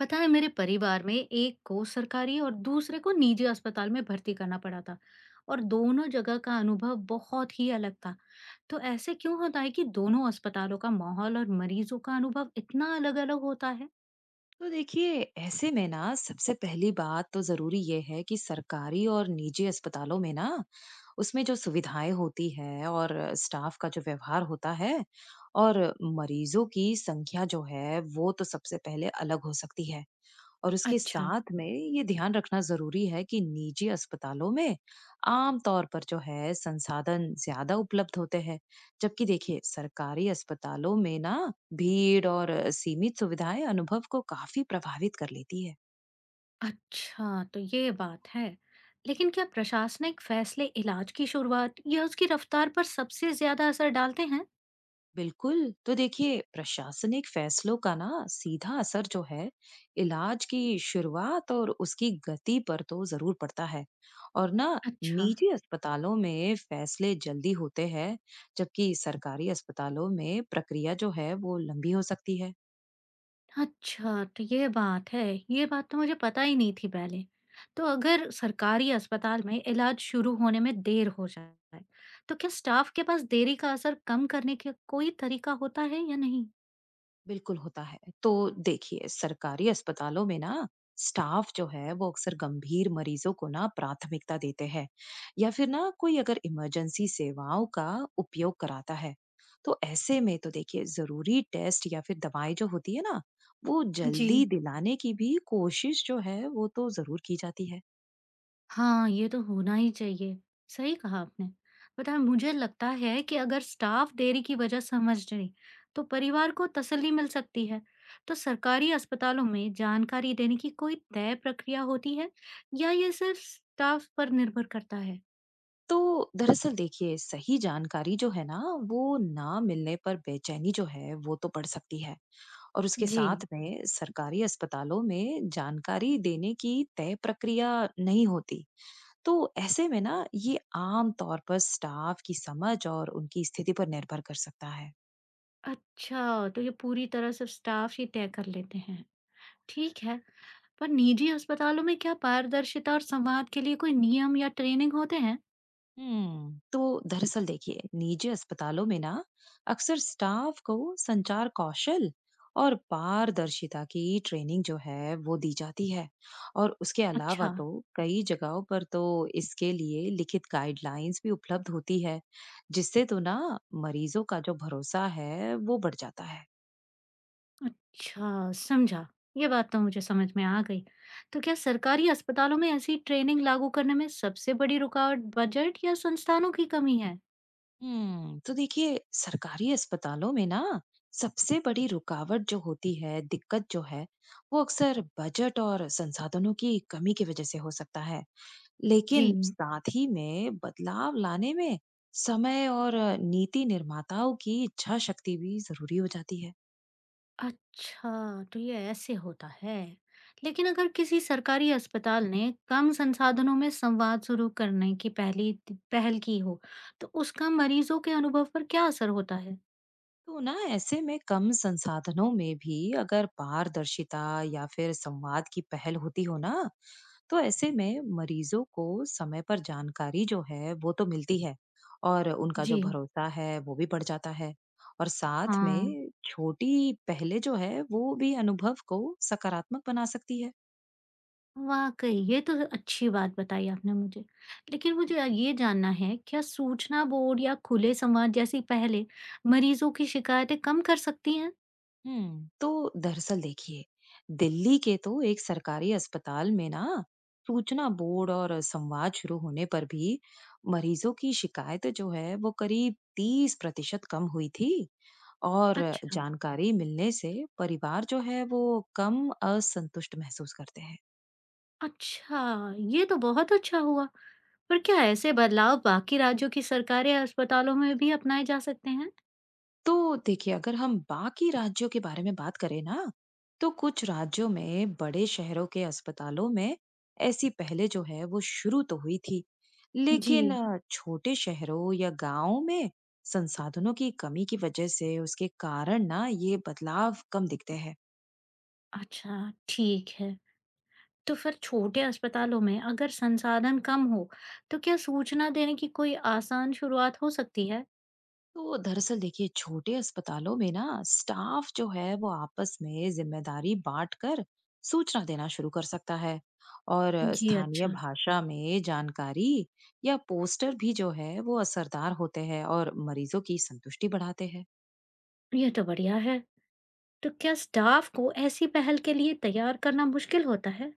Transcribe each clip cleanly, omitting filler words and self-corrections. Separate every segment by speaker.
Speaker 1: पता है, मेरे परिवार में एक को सरकारी और दूसरे को निजी अस्पताल में भर्ती करना पड़ा था। और दोनों जगह का अनुभव बहुत ही अलग था। तो ऐसे क्यों होता है कि दोनों अस्पतालों का माहौल और मरीजों का अनुभव इतना अलग अलग होता है?
Speaker 2: तो देखिए ऐसे में ना सबसे पहली बात तो जरूरी ये है कि सरकारी और निजी अस्पतालों में ना उसमें जो सुविधाएं होती है और स्टाफ का जो व्यवहार होता है और मरीजों की संख्या जो है वो तो सबसे पहले अलग हो सकती है। और उसके
Speaker 1: अच्छा।
Speaker 2: साथ में ये ध्यान रखना ज़रूरी है कि निजी अस्पतालों में आम तौर पर जो है संसाधन ज़्यादा उपलब्ध होते हैं, जबकि देखिए सरकारी अस्पतालों में ना भीड़ और सीमित सुविधाएं अनुभव को काफ़ी प्रभावित कर लेती है।
Speaker 1: अच्छा, तो ये बात है। लेकिन क्या प्रशासनिक फैसले इलाज की शुरुआत या उसकी रफ्तार पर सबसे ज्यादा असर डालते हैं?
Speaker 2: बिल्कुल। तो देखिए, प्रशासनिक फैसलों का ना सीधा असर जो है, इलाज की शुरुआत और उसकी गति पर तो ज़रूर पड़ता है। और ना
Speaker 1: अच्छा।
Speaker 2: निजी अस्पतालों में फैसले जल्दी होते हैं, जबकि सरकारी अस्पतालों में प्रक्रिया जो है, वो लंबी हो सकती है।
Speaker 1: अच्छा, तो ये बात है। ये बात तो मुझे पता ही नहीं थी पहले। तो अगर सरकारी अस्पताल में इलाज शुरू होने में देर हो जाए, तो क्या स्टाफ के पास देरी का असर कम करने का कोई तरीका होता है या नहीं?
Speaker 2: बिल्कुल होता है। तो देखिए, सरकारी अस्पतालों में ना स्टाफ जो है वो अक्सर गंभीर मरीजों को ना प्राथमिकता देते हैं या फिर ना कोई अगर इमरजेंसी सेवाओं का उपयोग कराता है। तो ऐसे में तो देखिए जरूरी टेस्ट या फिर दवाएं जो होती है ना वो
Speaker 1: जी
Speaker 2: जल्दी दिलाने की भी कोशिश जो है वो तो जरूर की जाती है।
Speaker 1: हाँ, ये तो होना ही चाहिए। सही कहा आपने। पता है, मुझे लगता है कि अगर स्टाफ देरी की वजह समझ जाए, तो परिवार को तसल्ली मिल सकती है। तो सरकारी अस्पतालों में जानकारी देने की कोई तय प्रक्रिया होती है या ये सिर्फ स्टाफ पर निर्भर करता है?
Speaker 2: तो दरअसल देखिए सही जानकारी जो है ना वो ना मिलने पर बेचैनी जो है वो तो बढ़ सकती है। और उसके
Speaker 1: जी।
Speaker 2: साथ में सरकारी अस्पतालों में जानकारी देने की तय प्रक्रिया नहीं होती। तो ऐसे में ना ये आम तौर पर स्टाफ की समझ और उनकी स्थिति पर निर्भर कर सकता है।
Speaker 1: अच्छा, तो ये पूरी तरह सिर्फ स्टाफ ही तय कर लेते हैं। ठीक है। पर निजी अस्पतालों में क्या पारदर्शिता और संवाद के लिए कोई नियम या ट्रेनिंग होते हैं?
Speaker 2: तो दरअसल देखिए निजी अस्पतालों में ना अक्सर स्टाफ को संचार कौशल और पारदर्शिता की ट्रेनिंग जो है वो दी जाती है। और उसके अलावा
Speaker 1: अच्छा।
Speaker 2: तो कई जगहों पर तो इसके लिए लिखित गाइडलाइंस भी उपलब्ध होती है जिससे तो ना मरीजों का जो भरोसा है वो बढ़ जाता है।
Speaker 1: अच्छा, समझा। ये बात तो मुझे समझ में आ गई। तो क्या सरकारी अस्पतालों में ऐसी ट्रेनिंग लागू करने में सबसे बड़ी रुकावट बजट या संस्थानों की कमी है?
Speaker 2: तो देखिए सरकारी अस्पतालों में ना सबसे बड़ी रुकावट जो होती है दिक्कत जो है वो अक्सर बजट और संसाधनों की कमी की वजह से हो सकता है।
Speaker 1: जी।
Speaker 2: लेकिन साथ ही में बदलाव लाने में समय और नीति निर्माताओं की इच्छा शक्ति भी जरूरी हो जाती है।
Speaker 1: अच्छा, तो ये ऐसे होता है। लेकिन अगर किसी सरकारी अस्पताल ने कम संसाधनों में संवाद शुरू करने की पहली पहल की हो, तो उसका मरीजों के अनुभव पर क्या असर होता है?
Speaker 2: तो ना ऐसे में कम संसाधनों में भी अगर पारदर्शिता या फिर संवाद की पहल होती हो ना तो ऐसे में मरीजों को समय पर जानकारी जो है वो तो मिलती है और उनका
Speaker 1: जी।
Speaker 2: जो भरोसा है वो भी बढ़ जाता है। और साथ
Speaker 1: हाँ।
Speaker 2: में छोटी पहले जो है वो भी अनुभव को सकारात्मक बना सकती है।
Speaker 1: वाक़ई, ये तो अच्छी बात बताई आपने मुझे। लेकिन मुझे ये जानना है, क्या सूचना बोर्ड या खुले संवाद जैसी पहलें मरीज़ों की शिकायतें कम कर सकती हैं?
Speaker 2: तो दरअसल देखिए दिल्ली के तो एक सरकारी अस्पताल में ना सूचना बोर्ड और संवाद शुरू होने पर भी मरीजों की शिकायत जो है वो करीब 30% कम हुई थी। और
Speaker 1: अच्छा।
Speaker 2: जानकारी मिलने से परिवार जो है वो कम असंतुष्ट महसूस करते हैं।
Speaker 1: अच्छा, ये तो बहुत अच्छा हुआ। पर क्या ऐसे बदलाव बाकी राज्यों की सरकारें या अस्पतालों में भी अपनाए जा सकते हैं?
Speaker 2: तो देखिए अगर हम बाकी राज्यों के बारे में बात करें ना तो कुछ राज्यों में बड़े शहरों के अस्पतालों में ऐसी पहले जो है वो शुरू तो हुई थी। लेकिन
Speaker 1: जी,
Speaker 2: छोटे शहरों या गांवों में संसाधनों की कमी की वजह से उसके कारण ना ये बदलाव कम दिखते हैं।
Speaker 1: अच्छा, ठीक है। तो फिर छोटे अस्पतालों में अगर संसाधन कम हो, तो क्या सूचना देने की कोई आसान शुरुआत हो सकती है?
Speaker 2: तो दरअसल देखिए छोटे अस्पतालों में ना स्टाफ जो है वो आपस में जिम्मेदारी बांटकर सूचना देना शुरू कर सकता है। और
Speaker 1: जी,
Speaker 2: स्थानीय
Speaker 1: अच्छा,
Speaker 2: भाषा में जानकारी या पोस्टर भी जो है वो असरदार होते हैं और मरीजों की संतुष्टि बढ़ाते हैं।
Speaker 1: ये तो बढ़िया है। तो क्या स्टाफ को ऐसी पहल के लिए तैयार करना मुश्किल होता है?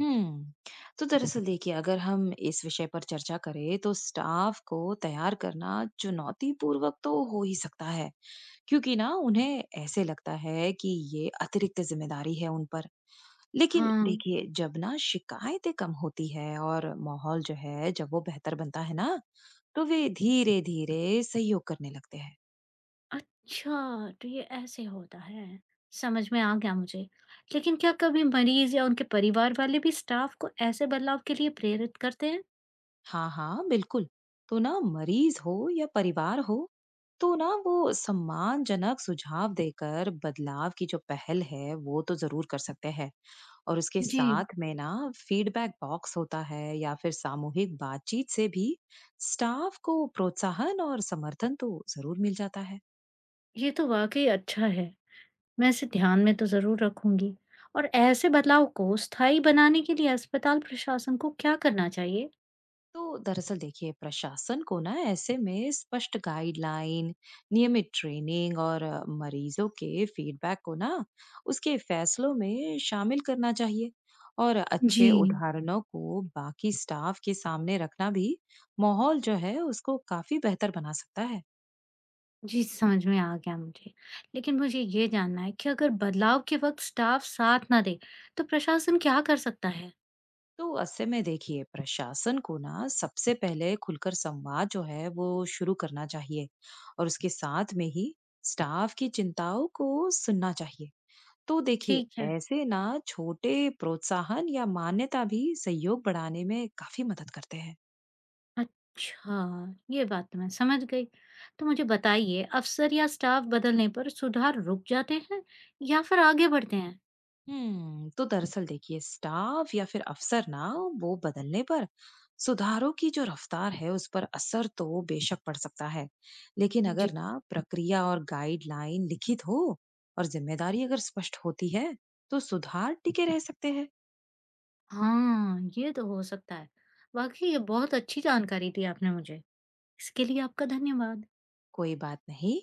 Speaker 2: हम्म तो दरअसल देखिए अगर हम इस विषय पर चर्चा करें तो स्टाफ को तैयार करना चुनौतीपूर्वक तो हो ही सकता है, क्योंकि ना उन्हें ऐसे लगता है कि ये अतिरिक्त जिम्मेदारी है उन पर। लेकिन
Speaker 1: हाँ।
Speaker 2: देखिए जब ना शिकायतें कम होती है और माहौल जो है जब वो बेहतर बनता है ना तो वे धीरे धीरे सहयोग करने लगते हैं।
Speaker 1: अच्छा, तो ये ऐसे होता है। समझ में आ गया मुझे। लेकिन क्या कभी मरीज या उनके परिवार वाले भी स्टाफ को ऐसे बदलाव के लिए प्रेरित करते हैं?
Speaker 2: हाँ हाँ, बिल्कुल। तो ना मरीज हो या परिवार हो तो ना वो सम्मानजनक सुझाव देकर बदलाव की जो पहल है वो तो जरूर कर सकते हैं। और उसके
Speaker 1: जी।
Speaker 2: साथ में ना फीडबैक बॉक्स होता है या फिर सामूहिक बातचीत से भी स्टाफ को प्रोत्साहन और समर्थन तो जरूर मिल जाता है।
Speaker 1: ये तो वाकई अच्छा है। मैं इसे ध्यान में तो जरूर रखूंगी। और ऐसे बदलाव को स्थायी बनाने के लिए अस्पताल प्रशासन को क्या करना चाहिए?
Speaker 2: तो दरअसल देखिए प्रशासन को ना ऐसे में स्पष्ट गाइडलाइन, नियमित ट्रेनिंग और मरीजों के फीडबैक को ना उसके फैसलों में शामिल करना चाहिए। और अच्छे
Speaker 1: जी।
Speaker 2: उदाहरणों को बाकी स्टाफ के सामने रखना भी माहौल जो है उसको काफी बेहतर बना सकता है।
Speaker 1: जी, समझ में आ गया मुझे। लेकिन मुझे ये जानना है कि अगर बदलाव के वक़्त स्टाफ साथ ना दे, तो प्रशासन क्या कर सकता है?
Speaker 2: तो ऐसे में देखिए प्रशासन को ना सबसे पहले खुलकर संवाद जो है वो शुरू करना चाहिए और उसके साथ में ही स्टाफ की चिंताओं को सुनना चाहिए। तो देखिए
Speaker 1: ठीक है।
Speaker 2: ऐसे ना छोटे प्रोत्साहन या मान्यता भी सहयोग बढ़ाने में काफी मदद करते हैं।
Speaker 1: अच्छा, ये बात तो मैं समझ गई। तो मुझे बताइए, अफ़सर या स्टाफ बदलने पर सुधार रुक जाते हैं या फिर आगे बढ़ते हैं?
Speaker 2: तो दरअसल देखिए स्टाफ या फिर अफसर ना वो बदलने पर सुधारों की जो रफ्तार है उस पर असर तो बेशक पड़ सकता है। लेकिन
Speaker 1: जी।
Speaker 2: अगर ना प्रक्रिया और गाइडलाइन लिखित हो और जिम्मेदारी अगर स्पष्ट होती है तो सुधार टिके रह सकते हैं।
Speaker 1: हाँ, ये तो हो सकता है। वाक़ई ये बहुत अच्छी जानकारी दी आपने मुझे। इसके लिए आपका धन्यवाद।
Speaker 2: कोई बात नहीं।